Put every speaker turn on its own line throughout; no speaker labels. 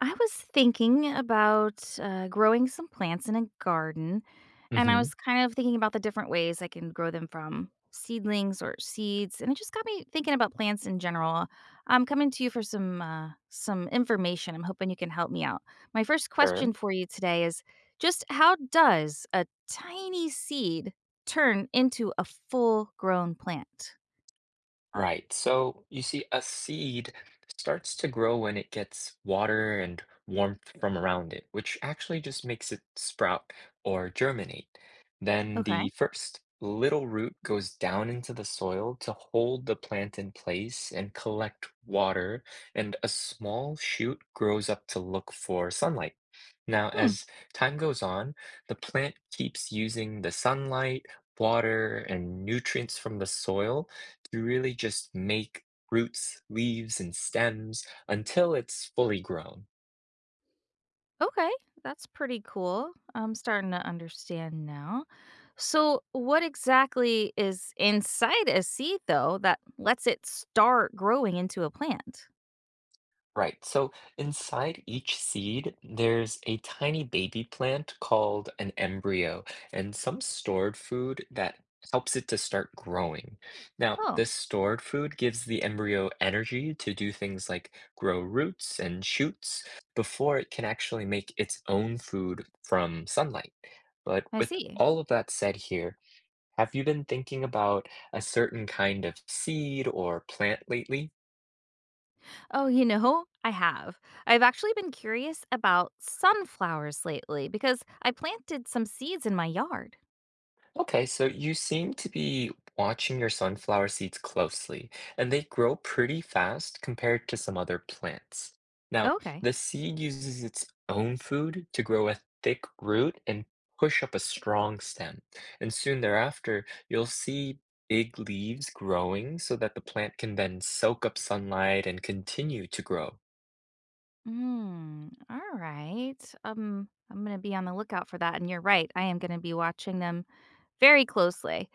I was thinking about growing some plants in a garden, and I
Mhm.
was kind of thinking about the different ways I can grow them from seedlings or seeds, and it just got me thinking about plants in general. I'm coming to you for some some information. I'm hoping you can help me out. My first
Sure.
question for you today is just how does a tiny seed turn into a full grown plant?
Right. So you see, a seed starts to grow when it gets water and warmth from around it, which actually just makes it sprout or germinate. Then
Okay.
the first little root goes down into the soil to hold the plant in place and collect water, and a small shoot grows up to look for sunlight. Now,
Hmm.
as time goes on, the plant keeps using the sunlight, water, and nutrients from the soil to really just make roots, leaves, and stems until it's fully grown.
Okay, that's pretty cool. I'm starting to understand now. So, what exactly is inside a seed, though, that lets it start growing into a plant?
Right, so inside each seed, there's a tiny baby plant called an embryo and some stored food that helps it to start growing. Now,
Oh,
this stored food gives the embryo energy to do things like grow roots and shoots before it can actually make its own food from sunlight. But
I
with
see.
all of that said here, have you been thinking about a certain kind of seed or plant lately?
Oh, you know, I have. I've actually been curious about sunflowers lately because I planted some seeds in my yard.
Okay, so you seem to be watching your sunflower seeds closely, and they grow pretty fast compared to some other plants. Now,
Okay.
the seed uses its own food to grow a thick root and push up a strong stem. And soon thereafter, you'll see big leaves growing so that the plant can then soak up sunlight and continue to grow.
Mm, all right. I'm going to be on the lookout for that. And you're right. I am going to be watching them very closely.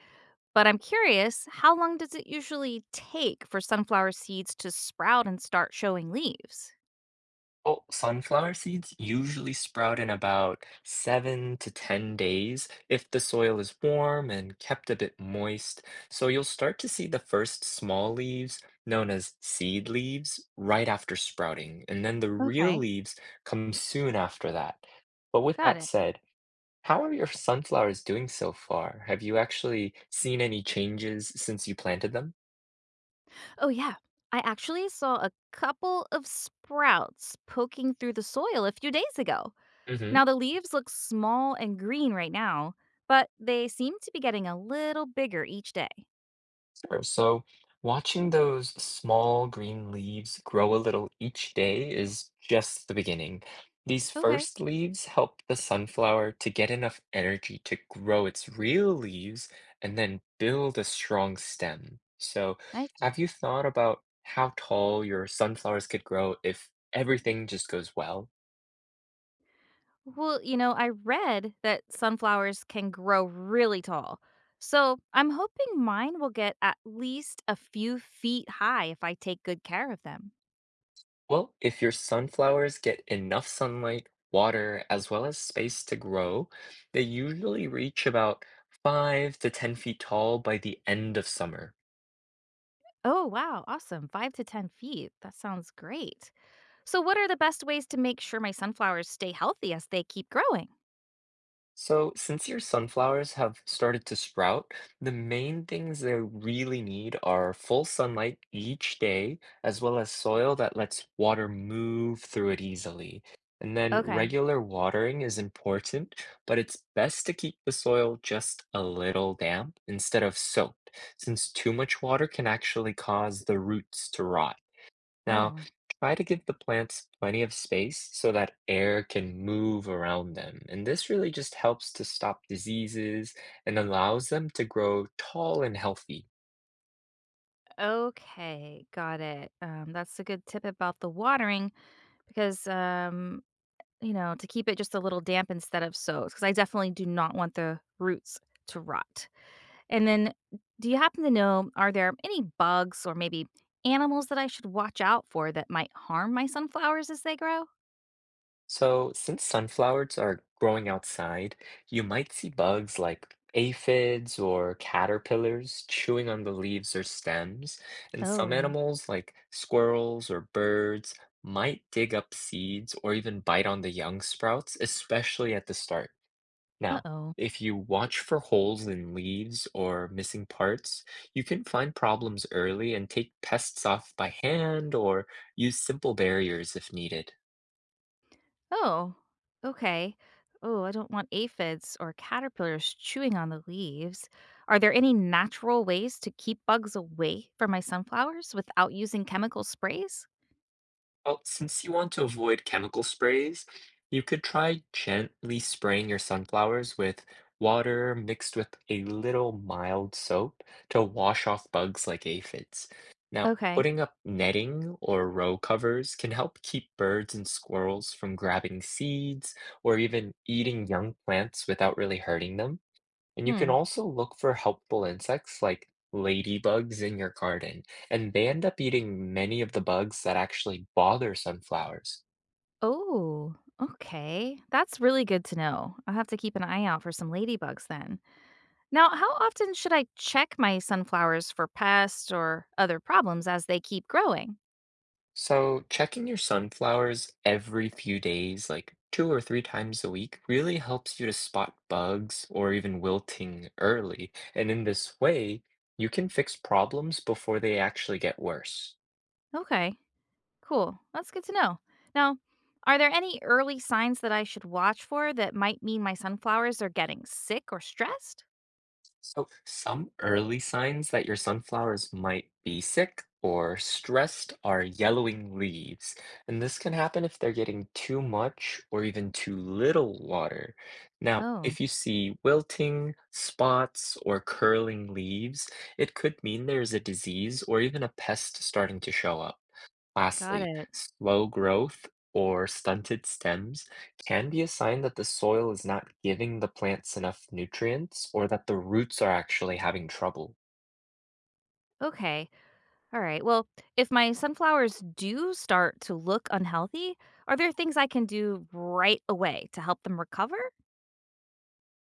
But I'm curious, how long does it usually take for sunflower seeds to sprout and start showing leaves?
Well, sunflower seeds usually sprout in about 7 to 10 days if the soil is warm and kept a bit moist. So you'll start to see the first small leaves, known as seed leaves, right after sprouting, and then the real
Okay,
leaves come soon after that. But with
got
that
it.
said, how are your sunflowers doing so far? Have you actually seen any changes since you planted them?
Oh, yeah. I actually saw a couple of sprouts poking through the soil a few days ago.
Hmm.
Now, the leaves look small and green right now, but they seem to be getting a little bigger each day.
Sure. So watching those small green leaves grow a little each day is just the beginning. These
Okay,
first leaves help the sunflower to get enough energy to grow its real leaves and then build a strong stem. So,
I
have
see.
you thought about how tall your sunflowers could grow if everything just goes well?
Well, you know, I read that sunflowers can grow really tall. So I'm hoping mine will get at least a few feet high if I take good care of them.
Well, if your sunflowers get enough sunlight, water, as well as space to grow, they usually reach about 5 to 10 feet tall by the end of summer.
Oh, wow. Awesome. 5 to 10 feet. That sounds great. So, what are the best ways to make sure my sunflowers stay healthy as they keep growing?
So, since your sunflowers have started to sprout, the main things they really need are full sunlight each day, as well as soil that lets water move through it easily. And then
Okay.
regular watering is important, but it's best to keep the soil just a little damp instead of soaked, since too much water can actually cause the roots to rot. Now,
Oh,
try to give the plants plenty of space so that air can move around them. And this really just helps to stop diseases and allows them to grow tall and healthy.
okay. Got it. That's a good tip about the watering because, to keep it just a little damp instead of soaked, because I definitely do not want the roots to rot. And then do you happen to know, are there any bugs or maybe animals that I should watch out for that might harm my sunflowers as they grow?
So, since sunflowers are growing outside, you might see bugs like aphids or caterpillars chewing on the leaves or stems. And some
Oh.
animals, like squirrels or birds, might dig up seeds or even bite on the young sprouts, especially at the start. Now,
Uh-oh.
if you watch for holes in leaves or missing parts, you can find problems early and take pests off by hand or use simple barriers if needed.
Oh, Oh, okay. Oh, I don't want aphids or caterpillars chewing on the leaves. Are there any natural ways to keep bugs away from my sunflowers without using chemical sprays?
Well, since you want to avoid chemical sprays, you could try gently spraying your sunflowers with water mixed with a little mild soap to wash off bugs like aphids. Now,
Okay.
putting up netting or row covers can help keep birds and squirrels from grabbing seeds or even eating young plants without really hurting them. And you can
Hmm.
also look for helpful insects like ladybugs in your garden, and they end up eating many of the bugs that actually bother sunflowers.
Oh, okay. That's really good to know. I'll have to keep an eye out for some ladybugs then. Now, how often should I check my sunflowers for pests or other problems as they keep growing?
So, checking your sunflowers every few days, like two or three times a week, really helps you to spot bugs or even wilting early. And in this way, you can fix problems before they actually get worse.
Okay, cool. That's good to know. Now, are there any early signs that I should watch for that might mean my sunflowers are getting sick or stressed?
So, some early signs that your sunflowers might be sick or stressed are yellowing leaves. And this can happen if they're getting too much or even too little water. Now,
Oh,
if you see wilting, spots, or curling leaves, it could mean there's a disease or even a pest starting to show up.
got
Lastly,
it.
slow growth or stunted stems can be a sign that the soil is not giving the plants enough nutrients or that the roots are actually having trouble.
Okay. All right. Well, if my sunflowers do start to look unhealthy, are there things I can do right away to help them recover?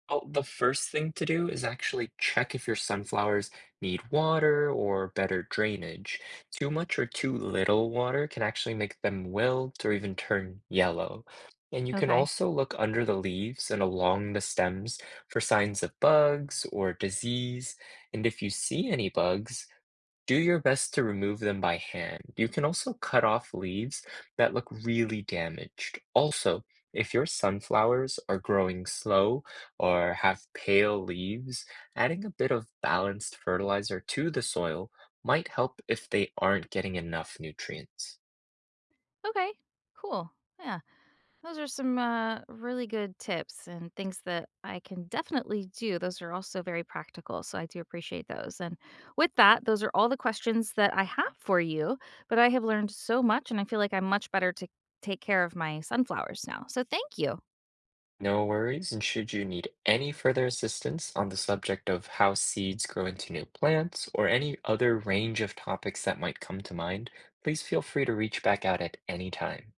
Well, the first thing to do is actually check if your sunflowers need water or better drainage. Too much or too little water can actually make them wilt or even turn yellow. And you can
Okay.
also look under the leaves and along the stems for signs of bugs or disease. And if you see any bugs, do your best to remove them by hand. You can also cut off leaves that look really damaged. Also, if your sunflowers are growing slow or have pale leaves, adding a bit of balanced fertilizer to the soil might help if they aren't getting enough nutrients.
Okay. Cool. Yeah. Those are some really good tips and things that I can definitely do. Those are also very practical. So I do appreciate those. And with that, those are all the questions that I have for you. But I have learned so much and I feel like I'm much better to take care of my sunflowers now. So thank you.
No worries, and should you need any further assistance on the subject of how seeds grow into new plants or any other range of topics that might come to mind, please feel free to reach back out at any time.